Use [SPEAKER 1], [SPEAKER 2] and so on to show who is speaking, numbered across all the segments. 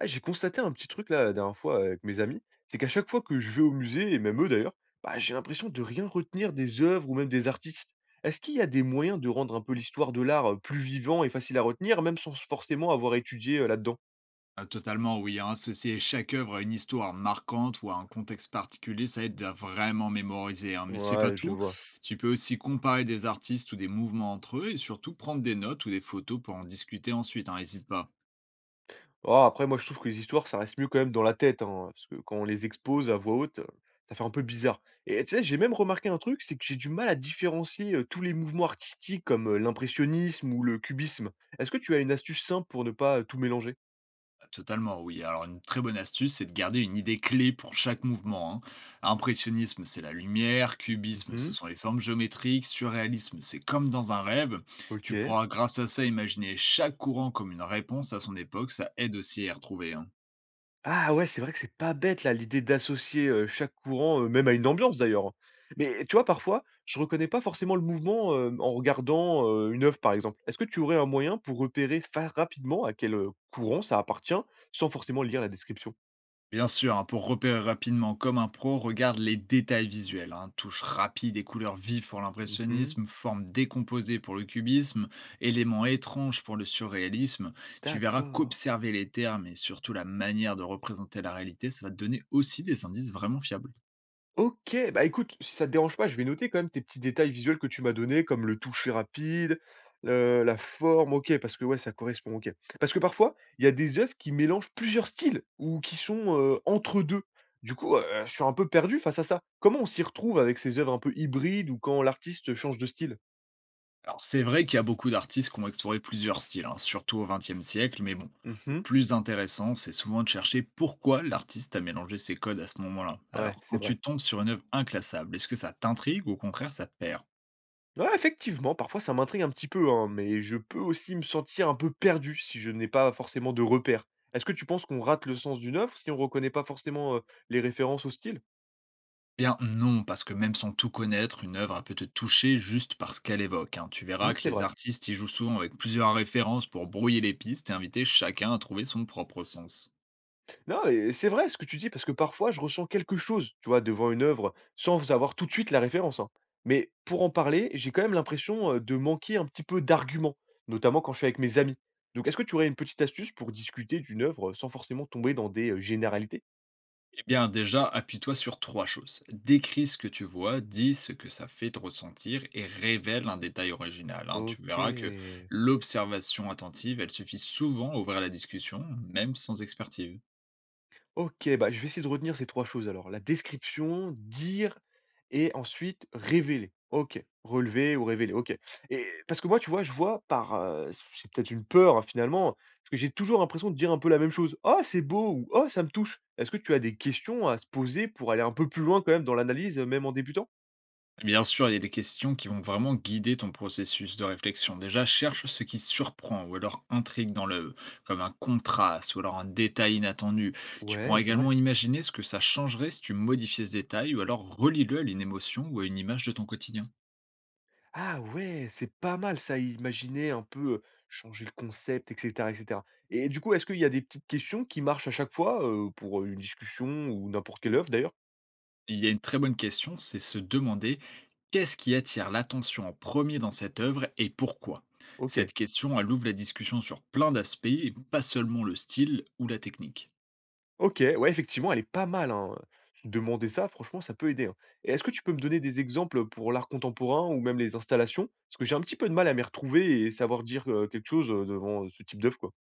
[SPEAKER 1] Ah, j'ai constaté un petit truc là, la dernière fois avec mes amis, c'est qu'à chaque fois que je vais au musée, et même eux d'ailleurs, bah, j'ai l'impression de rien retenir des œuvres ou même des artistes. Est-ce qu'il y a des moyens de rendre un peu l'histoire de l'art plus vivant et facile à retenir, même sans forcément avoir étudié là-dedans.
[SPEAKER 2] Ah, totalement, oui. Hein. Associer chaque œuvre à une histoire marquante ou à un contexte particulier, ça aide à vraiment mémoriser. Hein. Mais c'est pas
[SPEAKER 1] Ouais, je
[SPEAKER 2] tout.
[SPEAKER 1] vois.
[SPEAKER 2] Tu peux aussi comparer des artistes ou des mouvements entre eux et surtout prendre des notes ou des photos pour en discuter ensuite. Hein, n'hésite pas.
[SPEAKER 1] Oh, après, moi je trouve que les histoires, ça reste mieux quand même dans la tête, hein, parce que quand on les expose à voix haute, ça fait un peu bizarre. Et tu sais, j'ai même remarqué un truc, c'est que j'ai du mal à différencier tous les mouvements artistiques comme l'impressionnisme ou le cubisme. Est-ce que tu as une astuce simple pour ne pas tout mélanger?
[SPEAKER 2] Ah, totalement, oui. Alors, une très bonne astuce, c'est de garder une idée clé pour chaque mouvement. Hein. Impressionnisme, c'est la lumière. Cubisme, ce
[SPEAKER 1] Mmh.
[SPEAKER 2] sont les formes géométriques. Surréalisme, c'est comme dans un rêve. Tu
[SPEAKER 1] OK.
[SPEAKER 2] pourras, grâce à ça, imaginer chaque courant comme une réponse à son époque. Ça aide aussi à y retrouver. Hein.
[SPEAKER 1] Ah ouais, c'est vrai que c'est pas bête là, l'idée d'associer, chaque courant, même à une ambiance d'ailleurs, hein. Mais tu vois, parfois, je reconnais pas forcément le mouvement, en regardant, une œuvre par exemple. Est-ce que tu aurais un moyen pour repérer fa rapidement à quel, courant ça appartient, sans forcément lire la description?
[SPEAKER 2] Bien sûr, hein, pour repérer rapidement comme un pro, regarde les détails visuels. Hein, touches rapides et couleurs vives pour
[SPEAKER 1] Mmh.
[SPEAKER 2] l'impressionnisme, formes décomposées pour le cubisme, éléments étranges pour le surréalisme. Tu verras
[SPEAKER 1] D'accord.
[SPEAKER 2] qu'observer les termes et surtout la manière de représenter la réalité, ça va te donner aussi des indices vraiment fiables.
[SPEAKER 1] OK, bah, écoute, si ça te dérange pas, je vais noter quand même tes petits détails visuels que tu m'as donnés, comme le toucher rapide, le la forme, OK, parce que ouais, ça correspond, OK. Parce que parfois, il y a des œuvres qui mélangent plusieurs styles ou qui sont, entre 2. Du coup, je suis un peu perdu face à ça. Comment on s'y retrouve avec ces œuvres un peu hybrides ou quand l'artiste change de style?
[SPEAKER 2] Alors, c'est vrai qu'il y a beaucoup d'artistes qui ont exploré plusieurs styles, hein, surtout au XXe siècle, mais bon, le
[SPEAKER 1] Mmh.
[SPEAKER 2] plus intéressant, c'est souvent de chercher pourquoi l'artiste a mélangé ses codes à ce moment-là.
[SPEAKER 1] Ouais,
[SPEAKER 2] Alors,
[SPEAKER 1] c'est
[SPEAKER 2] quand
[SPEAKER 1] vrai.
[SPEAKER 2] tu tombes sur une œuvre inclassable, est-ce que ça t'intrigue ou au contraire ça te perd?
[SPEAKER 1] Ouais, effectivement, parfois ça m'intrigue un petit peu, hein, mais je peux aussi me sentir un peu perdu si je n'ai pas forcément de repères. Est-ce que tu penses qu'on rate le sens d'une œuvre si on ne reconnaît pas forcément les références au style?
[SPEAKER 2] Bien non, parce que même sans tout connaître, une œuvre elle peut te toucher juste parce qu'elle évoque. Hein. Tu verras
[SPEAKER 1] Hmm,
[SPEAKER 2] que
[SPEAKER 1] c'est
[SPEAKER 2] les
[SPEAKER 1] vrai.
[SPEAKER 2] artistes y jouent souvent avec plusieurs références pour brouiller les pistes et inviter chacun à trouver son propre sens.
[SPEAKER 1] Non, et c'est vrai ce que tu dis, parce que parfois je ressens quelque chose, tu vois, devant une œuvre, sans avoir tout de suite la référence, hein. Mais pour en parler, j'ai quand même l'impression de manquer un petit peu d'arguments, notamment quand je suis avec mes amis. Donc est-ce que tu aurais une petite astuce pour discuter d'une œuvre sans forcément tomber dans des généralités?
[SPEAKER 2] Eh bien, déjà, appuie-toi sur trois choses. Décris ce que tu vois, dis ce que ça fait te ressentir et révèle un détail original. Hein. Tu
[SPEAKER 1] Ok.
[SPEAKER 2] verras que l'observation attentive, elle suffit souvent à ouvrir la discussion, même sans expertise.
[SPEAKER 1] OK, bah, je vais essayer de retenir ces 3 choses alors. La description, dire et ensuite révéler. OK, relever ou révéler, OK. Et parce que moi, tu vois, je vois par, c'est peut-être une peur, hein, finalement, parce que j'ai toujours l'impression de dire un peu la même chose: «Oh, c'est beau» ou «Oh, ça me touche». Est-ce que tu as des questions à se poser pour aller un peu plus loin quand même dans l'analyse, même en débutant?
[SPEAKER 2] Bien sûr, il y a des questions qui vont vraiment guider ton processus de réflexion. Déjà, cherche ce qui surprend ou alors intrigue dans l'œuvre, comme un contraste ou alors un détail inattendu. Tu
[SPEAKER 1] Ouais,
[SPEAKER 2] pourras
[SPEAKER 1] c'est vrai.
[SPEAKER 2] également imaginer ce que ça changerait si tu modifiais ce détail ou alors relie-le à une émotion ou à une image de ton quotidien.
[SPEAKER 1] Ah ouais, c'est pas mal ça, imaginer un peu, changer le concept et cetera et cetera et du coup, est-ce qu'il y a des petites questions qui marchent à chaque fois, pour, une discussion ou n'importe quelle œuvre d'ailleurs?
[SPEAKER 2] Il y a une très bonne question, c'est se demander qu'est-ce qui attire l'attention en premier dans cette œuvre et pourquoi.
[SPEAKER 1] OK.
[SPEAKER 2] Cette question, elle ouvre la discussion sur plein d'aspects et pas seulement le style ou la technique.
[SPEAKER 1] OK, ouais, effectivement, elle est pas mal, hein, se demander ça, franchement, ça peut aider, hein, et est-ce que tu peux me donner des exemples, pour l'art contemporain ou même les installations? Parce que j'ai un petit peu de mal à m'y retrouver et savoir dire, quelque chose, devant, ce type d'œuvre, quoi.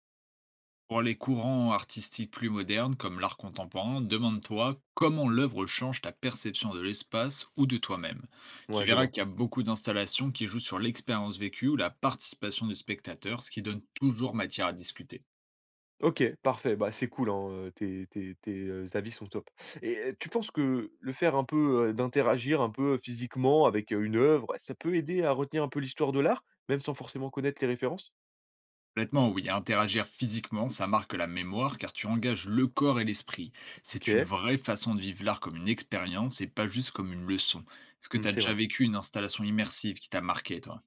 [SPEAKER 2] Pour les courants artistiques plus modernes, comme l'art contemporain, demande-toi comment l'œuvre change ta perception de l'espace ou de toi-même. Tu
[SPEAKER 1] Ouais, je
[SPEAKER 2] verras
[SPEAKER 1] vois.
[SPEAKER 2] qu'il y a beaucoup d'installations qui jouent sur l'expérience vécue ou la participation du spectateur, ce qui donne toujours matière à discuter.
[SPEAKER 1] OK, parfait. Bah, c'est cool, hein, tes, avis sont top et tu penses que le faire un peu, d'interagir un peu physiquement avec, une œuvre, ça peut aider à retenir un peu l'histoire de l'art, même sans forcément connaître les références?
[SPEAKER 2] Complètement, oui. Interagir physiquement, ça marque la mémoire car tu engages le corps et l'esprit. C'est une
[SPEAKER 1] OK,
[SPEAKER 2] vraie façon de vivre l'art comme une expérience et pas juste comme une leçon. Est-ce que
[SPEAKER 1] mmh,
[SPEAKER 2] tu as
[SPEAKER 1] c'est
[SPEAKER 2] déjà
[SPEAKER 1] vrai.
[SPEAKER 2] vécu une installation immersive qui t'a marqué, toi?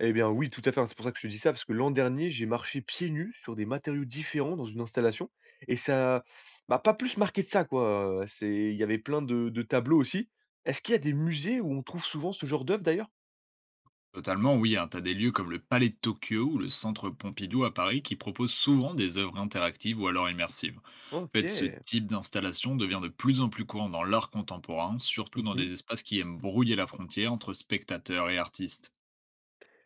[SPEAKER 1] Eh bien, oui, tout à fait, hein, c'est pour ça que je te dis ça, parce que l'an dernier, j'ai marché pieds nus sur des matériaux différents dans une installation et ça m'a pas plus marqué de ça, quoi, c'est il y avait plein de tableaux aussi. Est-ce qu'il y a des musées où on trouve souvent ce genre d'œuvre d'ailleurs?
[SPEAKER 2] Totalement, oui. Hein. Tu as des lieux comme le Palais de Tokyo ou le Centre Pompidou à Paris qui proposent souvent des œuvres interactives ou alors immersives. En fait, ce
[SPEAKER 1] OK.
[SPEAKER 2] type d'installation devient de plus en plus courant dans l'art contemporain, surtout dans
[SPEAKER 1] Mmh.
[SPEAKER 2] des espaces qui aiment brouiller la frontière entre spectateurs et artistes.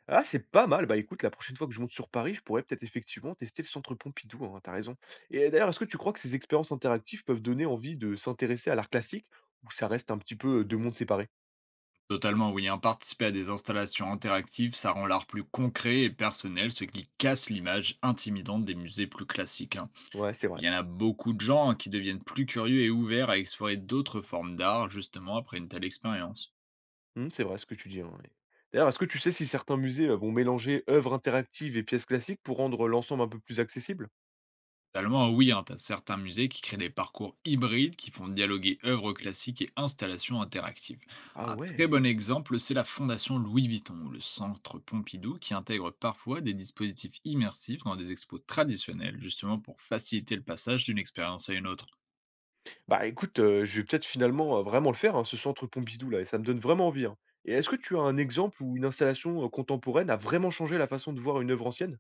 [SPEAKER 1] Ah, c'est pas mal. Bah, écoute, la prochaine fois que je monte sur Paris, je pourrais peut-être effectivement tester le centre Pompidou, hein, t'as raison. Et d'ailleurs, est-ce que tu crois que ces expériences interactives peuvent donner envie de s'intéresser à l'art classique ou ça reste un petit peu deux mondes séparés?
[SPEAKER 2] Totalement, oui. Hein, participer à des installations interactives, ça rend l'art plus concret et personnel, ce qui casse l'image intimidante des musées plus classiques. Hein.
[SPEAKER 1] Ouais, c'est
[SPEAKER 2] Il
[SPEAKER 1] vrai.
[SPEAKER 2] y en a beaucoup de gens, hein, qui deviennent plus curieux et ouverts à explorer d'autres formes d'art, justement, après une telle expérience.
[SPEAKER 1] C'est vrai ce que tu dis, hein, ouais. D'ailleurs, est-ce que tu sais si certains musées vont mélanger œuvres interactives et pièces classiques pour rendre l'ensemble un peu plus accessible?
[SPEAKER 2] Totalement, oui, hein, t'as certains musées qui créent des parcours hybrides qui font dialoguer œuvres classiques et installations interactives.
[SPEAKER 1] Ah
[SPEAKER 2] Un très bon
[SPEAKER 1] ouais.
[SPEAKER 2] exemple, c'est la Fondation Louis Vuitton ou le Centre Pompidou qui intègre parfois des dispositifs immersifs dans des expos traditionnelles, justement pour faciliter le passage d'une expérience à une autre.
[SPEAKER 1] Bah écoute, je vais peut-être finalement vraiment le faire, hein, ce centre Pompidou là, et ça me donne vraiment envie, hein. Et est-ce que tu as un exemple où une installation contemporaine a vraiment changé la façon de voir une œuvre ancienne?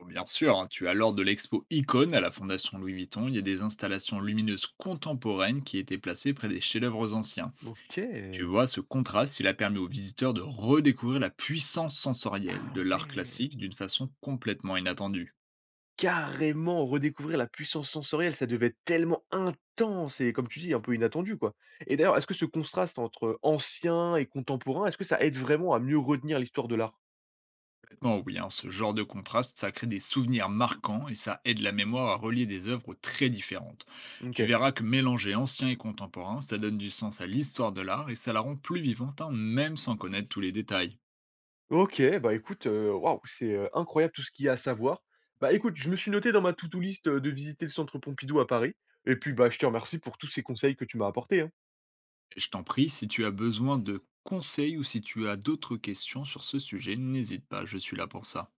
[SPEAKER 2] Bon, bien sûr, hein, tu as lors de l'expo Icône à la Fondation Louis Vuitton, il y a des installations lumineuses contemporaines qui étaient placées près des chefs-d'œuvre anciens.
[SPEAKER 1] OK.
[SPEAKER 2] Tu vois, ce contraste, il a permis aux visiteurs de redécouvrir la puissance sensorielle
[SPEAKER 1] Ah
[SPEAKER 2] de l'art
[SPEAKER 1] ouais!
[SPEAKER 2] classique d'une façon complètement inattendue.
[SPEAKER 1] Carrément redécouvrir la puissance sensorielle, ça devait être tellement intense et comme tu dis, un peu inattendu, quoi. Et d'ailleurs, est-ce que ce contraste entre ancien et contemporain, est-ce que ça aide vraiment à mieux retenir l'histoire de l'art?
[SPEAKER 2] Complètement oui, hein, ce genre de contraste, ça crée des souvenirs marquants et ça aide la mémoire à relier des œuvres très différentes. Tu
[SPEAKER 1] OK.
[SPEAKER 2] verras que mélanger ancien et contemporain, ça donne du sens à l'histoire de l'art et ça la rend plus vivante, hein, même sans connaître tous les détails.
[SPEAKER 1] OK, bah, écoute, waouh, c'est, incroyable tout ce qu'il y a à savoir. Bah, écoute, je me suis noté dans ma to do list, de visiter le Centre Pompidou à Paris et puis, bah, je te remercie pour tous ces conseils que tu m'as apportés, hein.
[SPEAKER 2] Et je t'en prie, si tu as besoin de conseils ou si tu as d'autres questions sur ce sujet, n'hésite pas, je suis là pour ça.